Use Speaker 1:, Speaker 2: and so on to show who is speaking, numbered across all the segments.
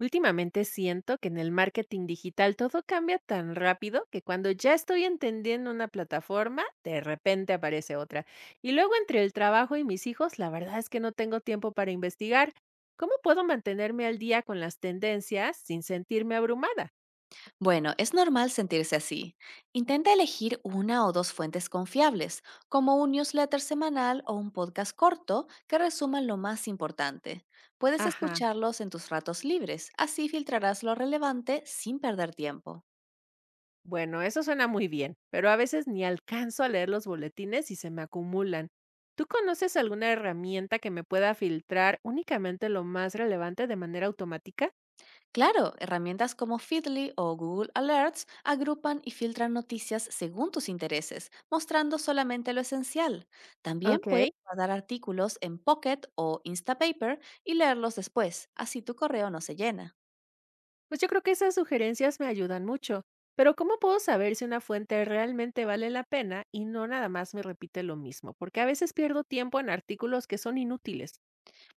Speaker 1: Últimamente siento que en el marketing digital todo cambia tan rápido que cuando ya estoy entendiendo una plataforma, de repente aparece otra. Y luego entre el trabajo y mis hijos, la verdad es que no tengo tiempo para investigar. ¿Cómo puedo mantenerme al día con las tendencias sin sentirme abrumada?
Speaker 2: Bueno, es normal sentirse así. Intenta elegir una o dos fuentes confiables, como un newsletter semanal o un podcast corto que resuman lo más importante. Puedes
Speaker 1: Ajá,
Speaker 2: escucharlos en tus ratos libres, así filtrarás lo relevante sin perder tiempo.
Speaker 1: bueno, eso suena muy bien, pero a veces ni alcanzo a leer los boletines y se me acumulan. ¿Tú conoces alguna herramienta que me pueda filtrar únicamente lo más relevante de manera automática?
Speaker 2: Claro, herramientas como Feedly o Google Alerts agrupan y filtran noticias según tus intereses, mostrando solamente lo esencial. También puedes
Speaker 1: Ok.
Speaker 2: guardar artículos en Pocket o Instapaper y leerlos después, así tu correo no se llena.
Speaker 1: Pues yo creo que esas sugerencias me ayudan mucho, pero ¿cómo puedo saber si una fuente realmente vale la pena y no nada más me repite lo mismo? Porque a veces pierdo tiempo en artículos que son inútiles.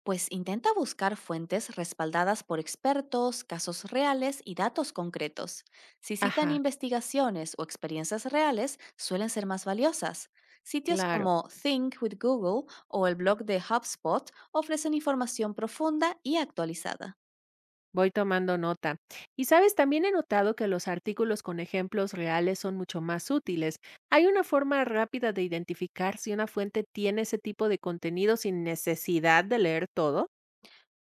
Speaker 2: Pues intenta buscar fuentes respaldadas por expertos, casos reales y datos concretos. Si citan
Speaker 1: Ajá,
Speaker 2: investigaciones o experiencias reales, suelen ser más valiosas. Sitios
Speaker 1: claro,
Speaker 2: como Think with Google o el blog de HubSpot ofrecen información profunda y actualizada.
Speaker 1: voy tomando nota. Y sabes, también he notado que los artículos con ejemplos reales son mucho más útiles. Hay una forma rápida de identificar si una fuente tiene ese tipo de contenido sin necesidad de leer todo.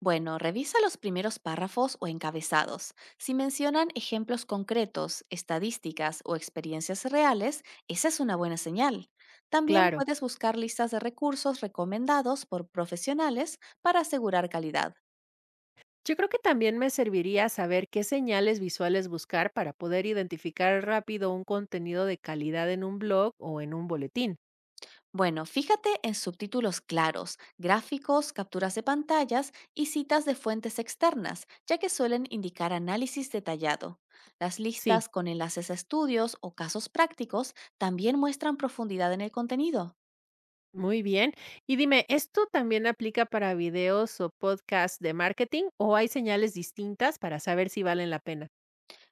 Speaker 2: Bueno, revisa los primeros párrafos o encabezados. Si mencionan ejemplos concretos, estadísticas o experiencias reales, esa es una buena señal. También
Speaker 1: Claro.
Speaker 2: puedes buscar listas de recursos recomendados por profesionales para asegurar calidad.
Speaker 1: Yo creo que también me serviría saber qué señales visuales buscar para poder identificar rápido un contenido de calidad en un blog o en un boletín.
Speaker 2: Bueno, fíjate en subtítulos claros, gráficos, capturas de pantallas y citas de fuentes externas, ya que suelen indicar análisis detallado. Las
Speaker 1: Sí,
Speaker 2: listas con enlaces a estudios o casos prácticos también muestran profundidad en el contenido.
Speaker 1: muy bien. Y dime, ¿esto también aplica para videos o podcasts de marketing o hay señales distintas para saber si valen la pena?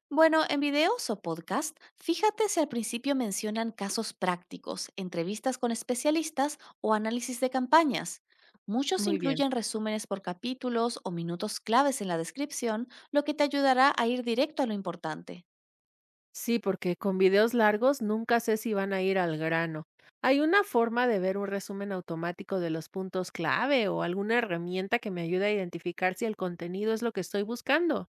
Speaker 2: Bueno, en videos o podcast, fíjate si al principio mencionan casos prácticos, entrevistas con especialistas o análisis de campañas. Muchos
Speaker 1: Muy bien.
Speaker 2: incluyen resúmenes por capítulos o minutos claves en la descripción, lo que te ayudará a ir directo a lo importante.
Speaker 1: Sí, porque con videos largos nunca sé si van a ir al grano. ¿Hay una forma de ver un resumen automático de los puntos clave o alguna herramienta que me ayude a identificar si el contenido es lo que estoy buscando?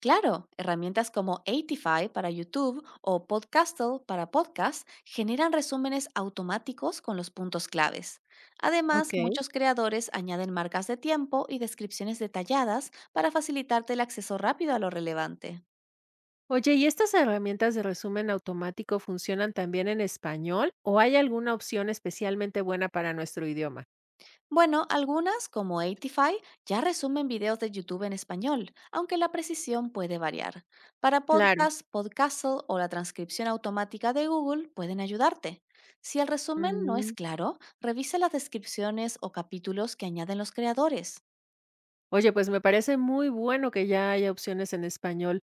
Speaker 2: Claro, herramientas como Eightify para YouTube o Podcastle para podcast generan resúmenes automáticos con los puntos claves. Además,
Speaker 1: Okey.
Speaker 2: muchos creadores añaden marcas de tiempo y descripciones detalladas para facilitarte el acceso rápido a lo relevante.
Speaker 1: Oye, ¿y estas herramientas de resumen automático funcionan también en español o hay alguna opción especialmente buena para nuestro idioma?
Speaker 2: Bueno, algunas, como 85, ya resumen videos de YouTube en español, aunque la precisión puede variar. Para
Speaker 1: Claro.
Speaker 2: podcast, Podcastle o la transcripción automática de Google pueden ayudarte. Si el resumen no es
Speaker 1: Mm.
Speaker 2: claro, revisa las descripciones o capítulos que añaden los creadores.
Speaker 1: Oye, pues me parece muy bueno que ya haya opciones en español.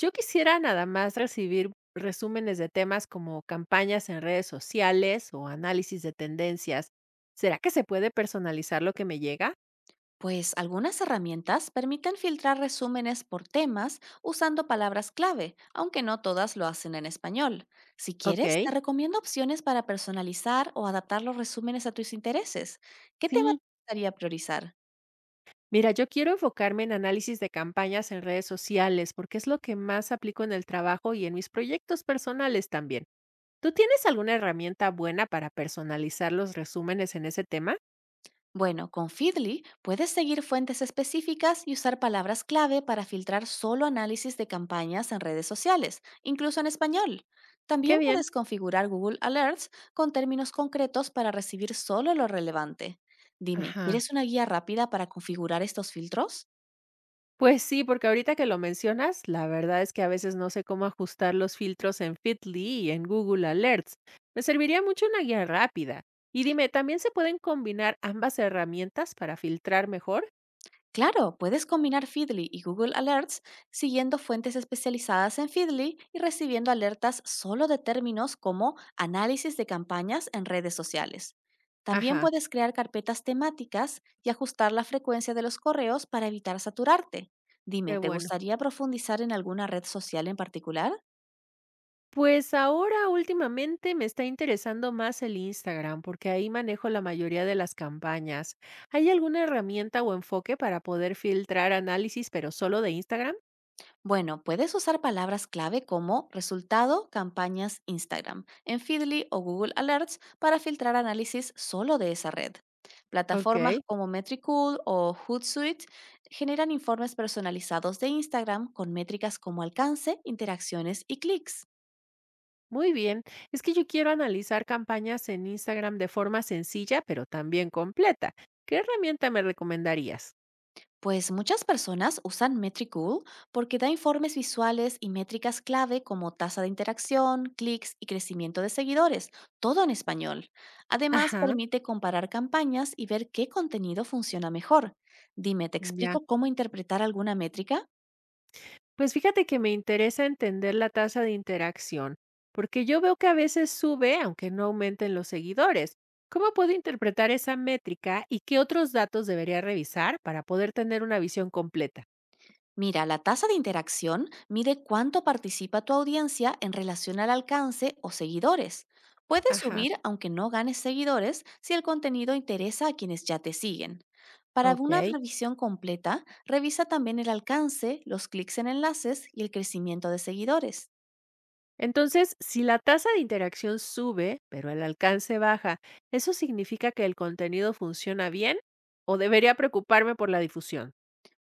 Speaker 1: Yo quisiera nada más recibir resúmenes de temas como campañas en redes sociales o análisis de tendencias. ¿Será que se puede personalizar lo que me llega?
Speaker 2: Pues algunas herramientas permiten filtrar resúmenes por temas usando palabras clave, aunque no todas lo hacen en español. Si quieres,
Speaker 1: Ok.
Speaker 2: te recomiendo opciones para personalizar o adaptar los resúmenes a tus intereses. ¿Qué tema
Speaker 1: Sí.
Speaker 2: te gustaría priorizar?
Speaker 1: Mira, yo quiero enfocarme en análisis de campañas en redes sociales, porque es lo que más aplico en el trabajo y en mis proyectos personales también. ¿Tú tienes alguna herramienta buena para personalizar los resúmenes en ese tema?
Speaker 2: Bueno, con Feedly puedes seguir fuentes específicas y usar palabras clave para filtrar solo análisis de campañas en redes sociales, incluso en español.
Speaker 1: Qué
Speaker 2: También
Speaker 1: bien.
Speaker 2: puedes configurar Google Alerts con términos concretos para recibir solo lo relevante. Dime,
Speaker 1: Ajá.
Speaker 2: ¿quieres una guía rápida para configurar estos filtros?
Speaker 1: Pues sí, porque ahorita que lo mencionas, la verdad es que a veces no sé cómo ajustar los filtros en Fitly y en Google Alerts. Me serviría mucho una guía rápida. Y dime, ¿también se pueden combinar ambas herramientas para filtrar mejor?
Speaker 2: Claro, puedes combinar Feedly y Google Alerts siguiendo fuentes especializadas en Feedly y recibiendo alertas solo de términos como análisis de campañas en redes sociales. También
Speaker 1: Ajá.
Speaker 2: puedes crear carpetas temáticas y ajustar la frecuencia de los correos para evitar saturarte. Dime,
Speaker 1: Qué
Speaker 2: ¿te
Speaker 1: bueno.
Speaker 2: gustaría profundizar en alguna red social en particular?
Speaker 1: Pues ahora últimamente me está interesando más el Instagram porque ahí manejo la mayoría de las campañas. ¿Hay alguna herramienta o enfoque para poder filtrar análisis, pero solo de Instagram?
Speaker 2: Bueno, puedes usar palabras clave como resultado, campañas, Instagram, en Feedly o Google Alerts para filtrar análisis solo de esa red.
Speaker 1: Ok,
Speaker 2: Plataformas como Metricool o Hootsuite generan informes personalizados de Instagram con métricas como alcance, interacciones y clics.
Speaker 1: muy bien. Es que yo quiero analizar campañas en Instagram de forma sencilla, pero también completa. ¿Qué herramienta me recomendarías?
Speaker 2: Pues muchas personas usan Metricool porque da informes visuales y métricas clave como tasa de interacción, clics y crecimiento de seguidores, todo en español. Además,
Speaker 1: Ajá,
Speaker 2: permite comparar campañas y ver qué contenido funciona mejor. Dime, ¿te
Speaker 1: ya.
Speaker 2: explico cómo interpretar alguna métrica?
Speaker 1: Pues fíjate que me interesa entender la tasa de interacción, porque yo veo que a veces sube, aunque no aumenten los seguidores. ¿Cómo puedo interpretar esa métrica y qué otros datos debería revisar para poder tener una visión completa?
Speaker 2: Mira, la tasa de interacción mide cuánto participa tu audiencia en relación al alcance o seguidores. Puedes
Speaker 1: Ajá.
Speaker 2: subir aunque no ganes seguidores si el contenido interesa a quienes ya te siguen. Para una
Speaker 1: Ok.
Speaker 2: revisión completa, revisa también el alcance, los clics en enlaces y el crecimiento de seguidores.
Speaker 1: Entonces, si la tasa de interacción sube, pero el alcance baja, ¿eso significa que el contenido funciona bien o debería preocuparme por la difusión?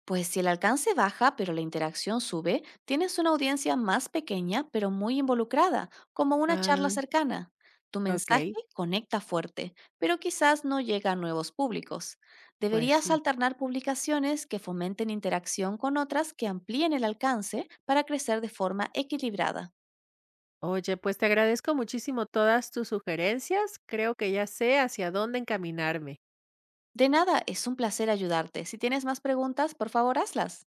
Speaker 2: Pues si el alcance baja pero la interacción sube, tienes una audiencia más pequeña pero muy involucrada, como una charla
Speaker 1: Ah,
Speaker 2: cercana. Tu
Speaker 1: ok,
Speaker 2: mensaje conecta fuerte, pero quizás no llega a nuevos públicos.
Speaker 1: pues
Speaker 2: Deberías
Speaker 1: sí.
Speaker 2: alternar publicaciones que fomenten interacción con otras que amplíen el alcance para crecer de forma equilibrada.
Speaker 1: Oye, pues te agradezco muchísimo todas tus sugerencias. Creo que ya sé hacia dónde encaminarme.
Speaker 2: De nada, es un placer ayudarte. Si tienes más preguntas, por favor, hazlas.